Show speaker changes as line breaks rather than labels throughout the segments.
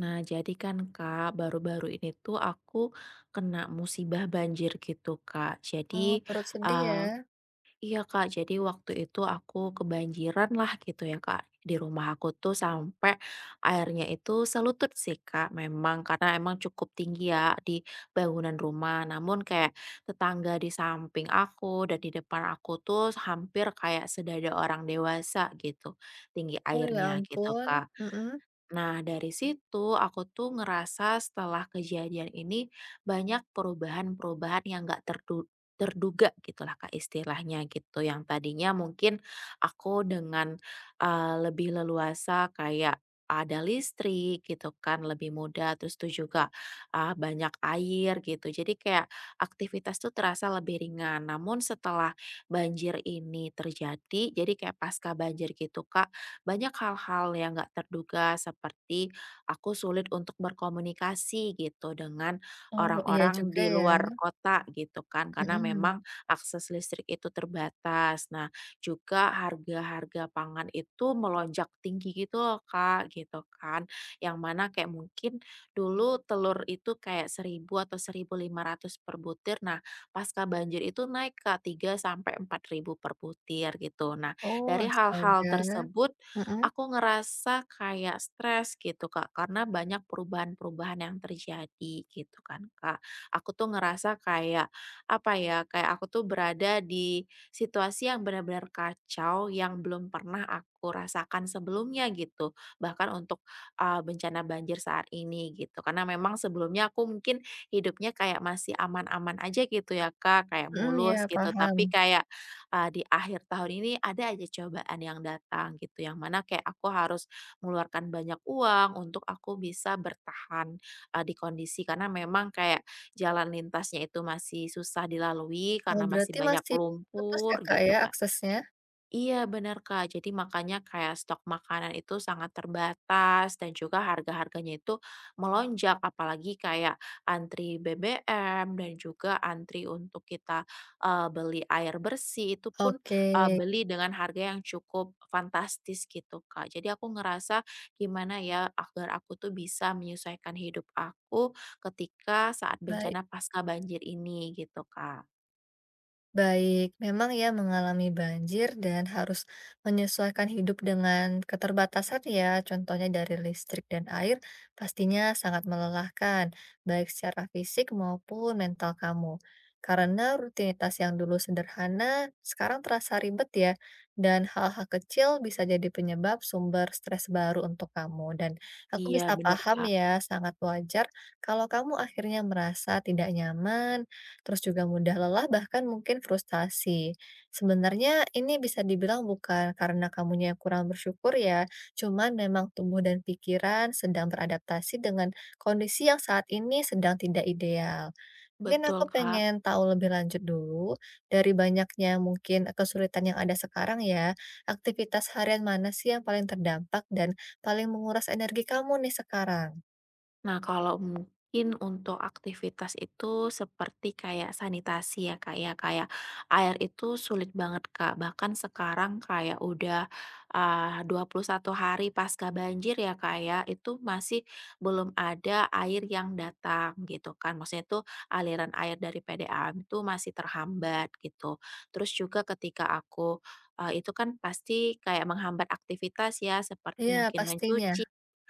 Nah, jadi kan Kak, baru-baru ini tuh aku kena musibah banjir gitu Kak.
Oh,
Jadi,
turut sedih ya?
eee iya Kak, jadi waktu itu aku kebanjiran lah gitu ya Kak, di rumah aku tuh sampai airnya itu selutut sih Kak memang, karena emang cukup tinggi ya di bangunan rumah. Namun kayak tetangga di samping aku dan di depan aku tuh hampir kayak sedada orang dewasa gitu tinggi
Oh, ya
airnya gitu
ampun,
Kak.
mhm.
Nah, dari situ aku tuh ngerasa setelah kejadian ini banyak perubahan-perubahan yang nggak terduga gitulah Kak istilahnya gitu. Yang tadinya mungkin aku dengan, lebih leluasa kayak ada listrik gitu kan lebih mudah, terus tuh juga, banyak air gitu. Jadi kayak aktivitas tuh terasa lebih ringan. Namun setelah banjir ini terjadi, jadi kayak pasca banjir gitu Kak, banyak hal-hal yang nggak terduga seperti aku sulit untuk berkomunikasi gitu dengan
Oh, iya
orang-orang
juga
di
ya,
luar kota gitu kan karena
mhm.
memang akses listrik itu terbatas. Nah, juga harga-harga pangan itu melonjak tinggi gitu loh Kak, gitu kan. Yang mana kayak mungkin dulu telur itu kayak 1.000 atau 1.500 per butir. Nah, pasca banjir itu naik ke 3 sampai 4 ribu per butir gitu. Nah,
Oh,
dari hal-hal
astaga.
tersebut
Mhm
aku ngerasa kayak stres gitu Kak, karena banyak perubahan-perubahan yang terjadi gitu kan Kak. Aku tuh ngerasa kayak, apa ya, kayak aku tuh berada di situasi yang benar-benar kacau yang belum pernah aku rasakan sebelumnya gitu. Bahkan untuk, bencana banjir saat ini gitu. Karena memang sebelumnya aku mungkin hidupnya kayak masih aman-aman aja gitu ya Kak, kayak
mhm,
mulus
ya
gitu, tapi
paham.
kayak di akhir tahun ini ada aja cobaan yang datang gitu, yang mana kayak aku harus mengeluarkan banyak uang untuk aku bisa bertahan, di kondisi karena memang kayak jalan lintasnya itu masih susah dilalui
Oh,
karena masih
berarti
banyak
masih putus ya,
lumpur
Kak,
gitu
ya
kan.
aksesnya?
Iya benar Kak, jadi makanya kayak stok makanan itu sangat terbatas dan juga harga-harganya itu melonjak apalagi kayak antri BBM dan juga antri untuk kita beli air bersih itu pun
Oke,
beli dengan harga yang cukup fantastis gitu Kak. Jadi aku ngerasa gimana ya agar aku tuh bisa menyesuaikan hidup aku ketika saat
baik.
bencana pasca banjir ini gitu Kak.
Baik, memang ya mengalami banjir dan harus menyesuaikan hidup dengan keterbatasan ya, contohnya dari listrik dan air, pastinya sangat melelahkan, baik secara fisik maupun mental kamu. Karena rutinitas yang dulu sederhana, sekarang terasa ribet ya, dan hal-hal kecil bisa jadi penyebab sumber stres baru untuk kamu. Dan aku
Iya
bisa
benar
paham
Kak,
ya, sangat wajar kalau kamu akhirnya merasa tidak nyaman terus juga mudah lelah bahkan mungkin frustasi. Sebenarnya ini bisa dibilang bukan karena kamunya yang kurang bersyukur ya, cuman memang tubuh dan pikiran sedang beradaptasi dengan kondisi yang saat ini sedang tidak ideal. Mungkin
betul
aku
Kak.
pengen tahu lebih lanjut dulu, dari banyaknya mungkin kesulitan yang ada sekarang ya, aktivitas harian mana sih yang paling terdampak dan paling menguras energi kamu nih sekarang?
Nah, kalau mungkin untuk aktivitas itu seperti kayak sanitasi ya, Kak, ya. Kayak air itu sulit banget, Kak. Bahkan sekarang kayak udah 21 hari pasca banjir ya, Kak, ya. Itu masih belum ada air yang datang gitu kan. Maksudnya itu aliran air dari PDAM itu masih terhambat gitu. Terus juga ketika aku itu kan pasti kayak menghambat aktivitas ya, seperti
Iya
mungkin
pastinya,
mencuci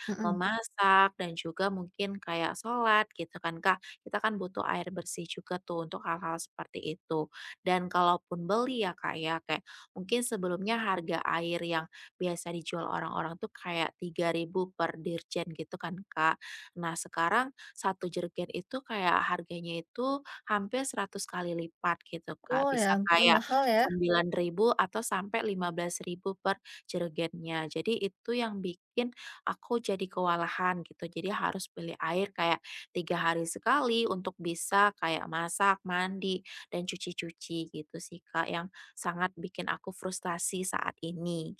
mhm.
memasak dan juga mungkin kayak sholat gitu kan Kak. Kita kan butuh air bersih juga tuh untuk hal-hal seperti itu. Dan kalaupun beli ya Kak ya, kayak mungkin sebelumnya harga air yang biasa dijual orang-orang tuh kayak 3.000 per dirjen gitu kan Kak. Nah sekarang satu jerigen itu kayak harganya itu hampir 100 kali lipat gitu Kak.
Oh ya
Bisa
ampun
kayak
mahal ya?
9.000 atau sampai 15.000 per jerigennya. Jadi itu yang bikin aku jadi kewalahan gitu. Jadi harus beli air kayak 3 hari sekali untuk bisa kayak masak, mandi, dan cuci-cuci gitu sih Kak yang sangat bikin aku frustasi saat ini.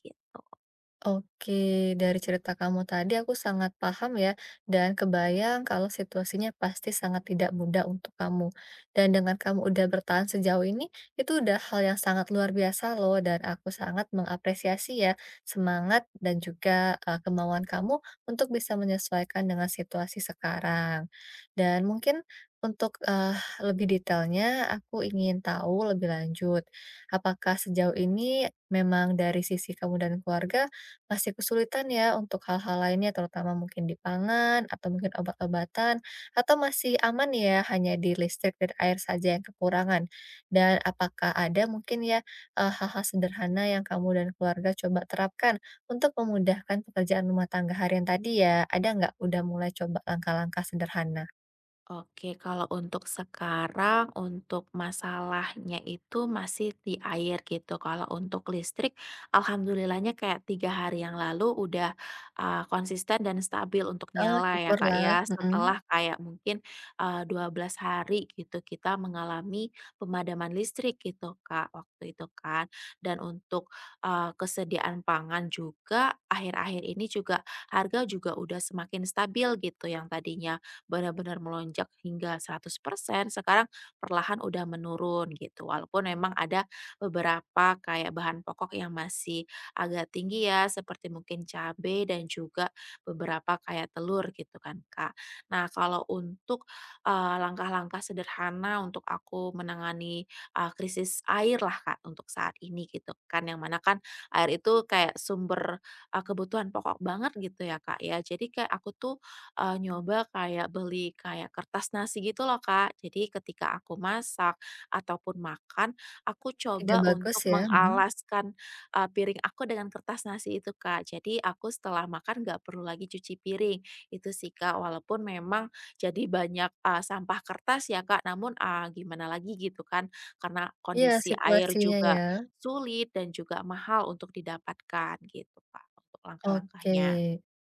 Oke, dari cerita kamu tadi aku sangat paham ya, dan kebayang kalau situasinya pasti sangat tidak mudah untuk kamu. Dan dengan kamu udah bertahan sejauh ini, itu udah hal yang sangat luar biasa loh, dan aku sangat mengapresiasi ya semangat dan juga kemauan kamu untuk bisa menyesuaikan dengan situasi sekarang. Dan mungkin untuk lebih detailnya, aku ingin tahu lebih lanjut, apakah sejauh ini memang dari sisi kamu dan keluarga masih kesulitan ya untuk hal-hal lainnya terutama mungkin di pangan atau mungkin obat-obatan, atau masih aman ya hanya di listrik dan air saja yang kekurangan? Dan apakah ada mungkin ya, hal-hal sederhana yang kamu dan keluarga coba terapkan untuk memudahkan pekerjaan rumah tangga harian tadi ya? Ada nggak udah mulai coba langkah-langkah sederhana?
Oke, kalau untuk sekarang, untuk masalahnya itu masih di air gitu. Kalau untuk listrik, alhamdulillahnya kayak 3 hari yang lalu udah konsisten dan stabil untuk
Oh
nyala ya Kak
syukurlah,
ya.
mhm.
Setelah kayak mungkin 12 hari gitu kita mengalami pemadaman listrik gitu Kak waktu itu kan. Dan untuk kesediaan pangan juga akhir-akhir ini juga harga juga udah semakin stabil gitu yang tadinya benar-benar melonjak hingga 100%, sekarang perlahan udah menurun gitu. Walaupun memang ada beberapa kayak bahan pokok yang masih agak tinggi ya, seperti mungkin cabai dan juga beberapa kayak telur gitu kan, Kak. Nah, kalau untuk, langkah-langkah sederhana untuk aku menangani, krisis air lah, Kak, untuk saat ini gitu kan, yang mana kan air itu kayak sumber, kebutuhan pokok banget gitu ya, Kak, ya. Jadi kayak aku tuh nyoba kayak beli kayak kertas nasi gitu loh, Kak. Jadi ketika aku masak ataupun makan, aku
Ide
coba
bagus
untuk
ya, mhm.
mengalaskan, piring aku dengan kertas nasi itu, Kak. Jadi aku setelah makan nggak perlu lagi cuci piring. Itu sih, Kak, walaupun memang jadi banyak, sampah kertas ya, Kak, namun, gimana lagi gitu kan, karena
Iya
kondisi air
situasinya
juga
ya.
sulit dan juga mahal untuk didapatkan gitu, Kak, untuk
Oke.
langkah-langkahnya.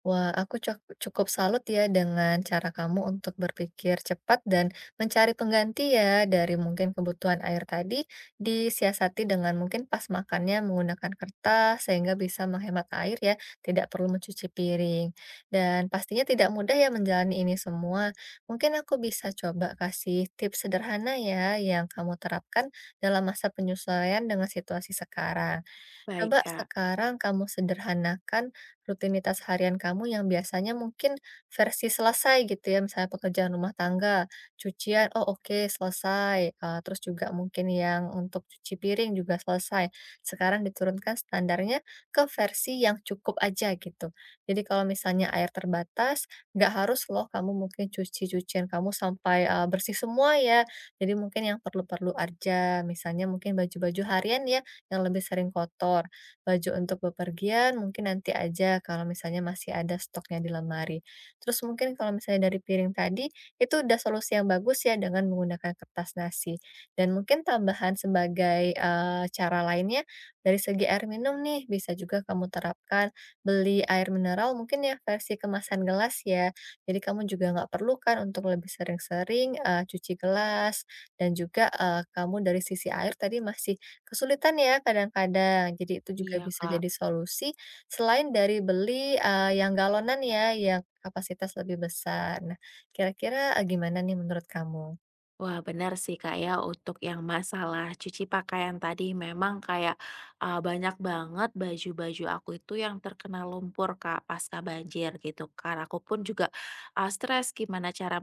Wah, aku cuk cukup salut ya dengan cara kamu untuk berpikir cepat dan mencari pengganti ya dari mungkin kebutuhan air tadi disiasati dengan mungkin pas makannya menggunakan kertas sehingga bisa menghemat air ya, tidak perlu mencuci piring. Dan pastinya tidak mudah ya menjalani ini semua. Mungkin aku bisa coba kasih tips sederhana ya yang kamu terapkan dalam masa penyesuaian dengan situasi sekarang.
Baik,
Coba
Kak.
sekarang kamu sederhanakan rutinitas harian kamu yang biasanya mungkin versi selesai gitu ya, misalnya pekerjaan rumah tangga, cucian, oh oke selesai, terus juga mungkin yang untuk cuci piring juga selesai. Sekarang diturunkan standarnya ke versi yang cukup aja gitu. Jadi kalau misalnya air terbatas, nggak harus loh kamu mungkin cuci cucian kamu sampai, bersih semua ya. Jadi mungkin yang perlu-perlu aja, misalnya mungkin baju-baju harian ya yang lebih sering kotor baju untuk bepergian mungkin nanti aja kalau misalnya masih ada stoknya di lemari. Terus mungkin kalau misalnya dari piring tadi, itu udah solusi yang bagus ya dengan menggunakan kertas nasi. Dan mungkin tambahan sebagai, cara lainnya, dari segi air minum nih bisa juga kamu terapkan beli air mineral mungkin ya versi kemasan gelas ya. Jadi kamu juga nggak perlu kan untuk lebih sering-sering, cuci gelas dan juga, kamu dari sisi air tadi masih kesulitan ya kadang-kadang. Jadi itu juga
Iya,
bisa
Kak.
jadi solusi selain dari beli, yang galonan ya, yang kapasitas lebih besar. Nah, kira-kira, gimana nih menurut kamu?
Wah, benar sih, Kak, ya, untuk yang masalah cuci pakaian tadi memang kayak, banyak banget baju-baju aku itu yang terkena lumpur, Kak, pasca banjir gitu kan. Aku pun juga, stres gimana cara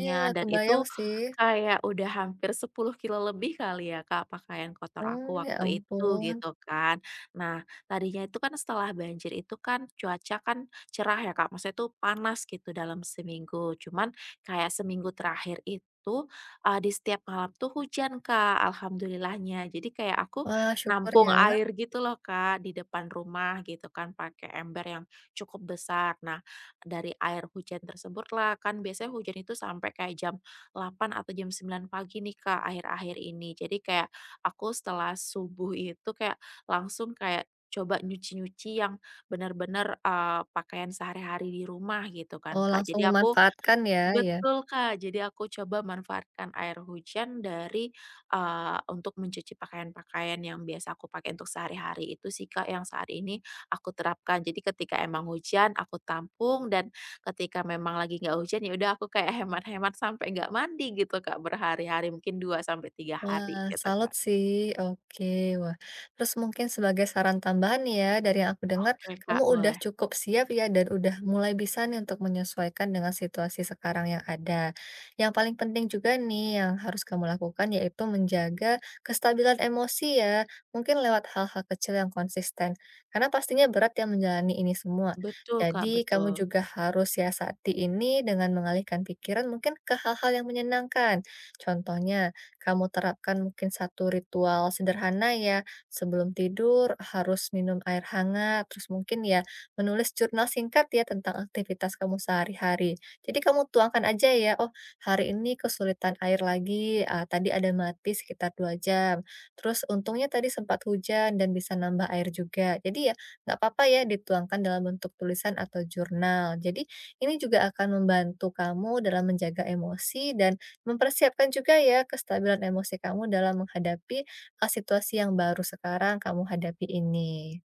Iya,
dan
kebayang
itu
sih.
kayak udah hampir 10 kilo lebih kali ya, Kak, pakaian kotor
Oh,
aku
ya
waktu itu
ampun.
gitu kan. Nah, tadinya itu kan setelah banjir itu kan cuaca kan cerah ya, Kak, maksudnya itu panas gitu dalam seminggu. Cuman kayak seminggu terakhir itu di setiap malam tuh hujan, Kak, alhamdulillahnya. Jadi kayak aku
Wah, syukur
nampung
ya.
air gitu loh, Kak, di depan rumah gitu kan pakai ember yang cukup besar. Nah, dari air hujan tersebut lah kan biasanya hujan itu sampai kayak jam 8 atau jam 9 pagi nih, Kak, akhir-akhir ini. Jadi kayak aku setelah subuh itu kayak langsung kayak coba nyuci-nyuci yang benar-benar pakaian sehari-hari di rumah gitu
Oh,
kan, Kak.
langsung
Jadi aku
memanfaatkan ya? Ya.
Betul, Kak. Jadi aku coba manfaatkan air hujan dari, untuk mencuci pakaian-pakaian yang biasa aku pakai untuk sehari-hari. Itu sih, Kak, yang saat ini aku terapkan. Jadi ketika emang hujan aku tampung dan ketika memang lagi nggak hujan, ya udah aku kayak hemat-hemat sampai nggak mandi gitu, Kak, berhari-hari, mungkin 2 sampai 3 hari
Wah,
gitu,
salut
Kak.
sih. Oke, wah. Terus mungkin sebagai saran tambahan nih ya, dari yang aku dengar,
Oke,
kamu
Kak,
udah
boleh.
cukup siap ya dan udah mulai bisa nih untuk menyesuaikan dengan situasi sekarang yang ada. Yang paling penting juga nih yang harus kamu lakukan yaitu menjaga kestabilan emosi ya, mungkin lewat hal-hal kecil yang konsisten. Karena pastinya berat ya menjalani ini semua.
Betul, Kak,
Jadi
betul.
kamu juga harus siasati ini dengan mengalihkan pikiran mungkin ke hal-hal yang menyenangkan. Contohnya, kamu terapkan mungkin satu ritual sederhana ya, sebelum tidur harus minum air hangat, terus mungkin ya menulis jurnal singkat ya tentang aktivitas kamu sehari-hari. Jadi kamu tuangkan aja ya, oh hari ini kesulitan air lagi, ah, tadi ada mati sekitar 2 jam. Terus untungnya tadi sempat hujan dan bisa nambah air juga. Jadi ya nggak apa-apa ya dituangkan dalam bentuk tulisan atau jurnal. Jadi ini juga akan membantu kamu dalam menjaga emosi dan mempersiapkan juga ya kestabilan emosi kamu dalam menghadapi, situasi yang baru sekarang kamu hadapi ini.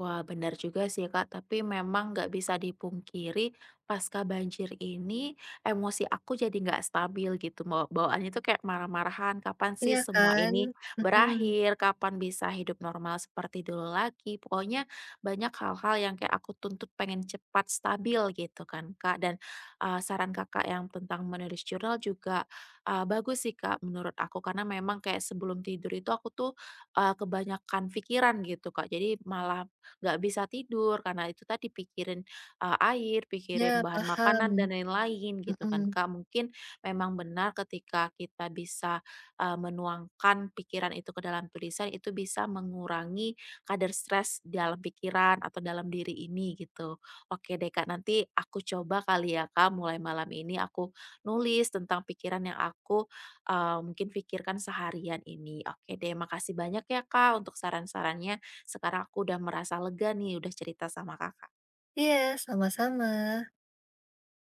Wah, benar juga sih, Kak. Tapi memang nggak bisa dipungkiri, pasca banjir ini emosi aku jadi nggak stabil gitu. Bawaannya tuh kayak marah-marahan. Kapan
Iya
sih semua
kan?
ini
Mhm.
berakhir? Kapan bisa hidup normal seperti dulu lagi? Pokoknya banyak hal-hal yang kayak aku tuntut pengen cepat stabil gitu kan, Kak. Dan saran Kakak yang tentang menulis jurnal juga bagus sih, Kak, menurut aku. Karena memang kayak sebelum tidur itu aku tuh kebanyakan pikiran gitu, Kak. Jadi malah nggak bisa tidur karena itu tadi pikirin, air, pikirin
Iya,
bahan makanan
paham.
dan lain-lain gitu kan,
Mhm.
Kak. Mungkin memang benar ketika kita bisa, menuangkan pikiran itu ke dalam tulisan, itu bisa mengurangi kadar stres dalam pikiran atau dalam diri ini gitu. Oke deh, Kak, nanti aku coba kali ya, Kak, mulai malam ini aku nulis tentang pikiran yang aku, mungkin pikirkan seharian ini. Oke deh, makasih banyak ya, Kak, untuk saran-sarannya. Sekarang aku udah merasa lega nih, udah cerita sama Kakak.
Iya, sama-sama.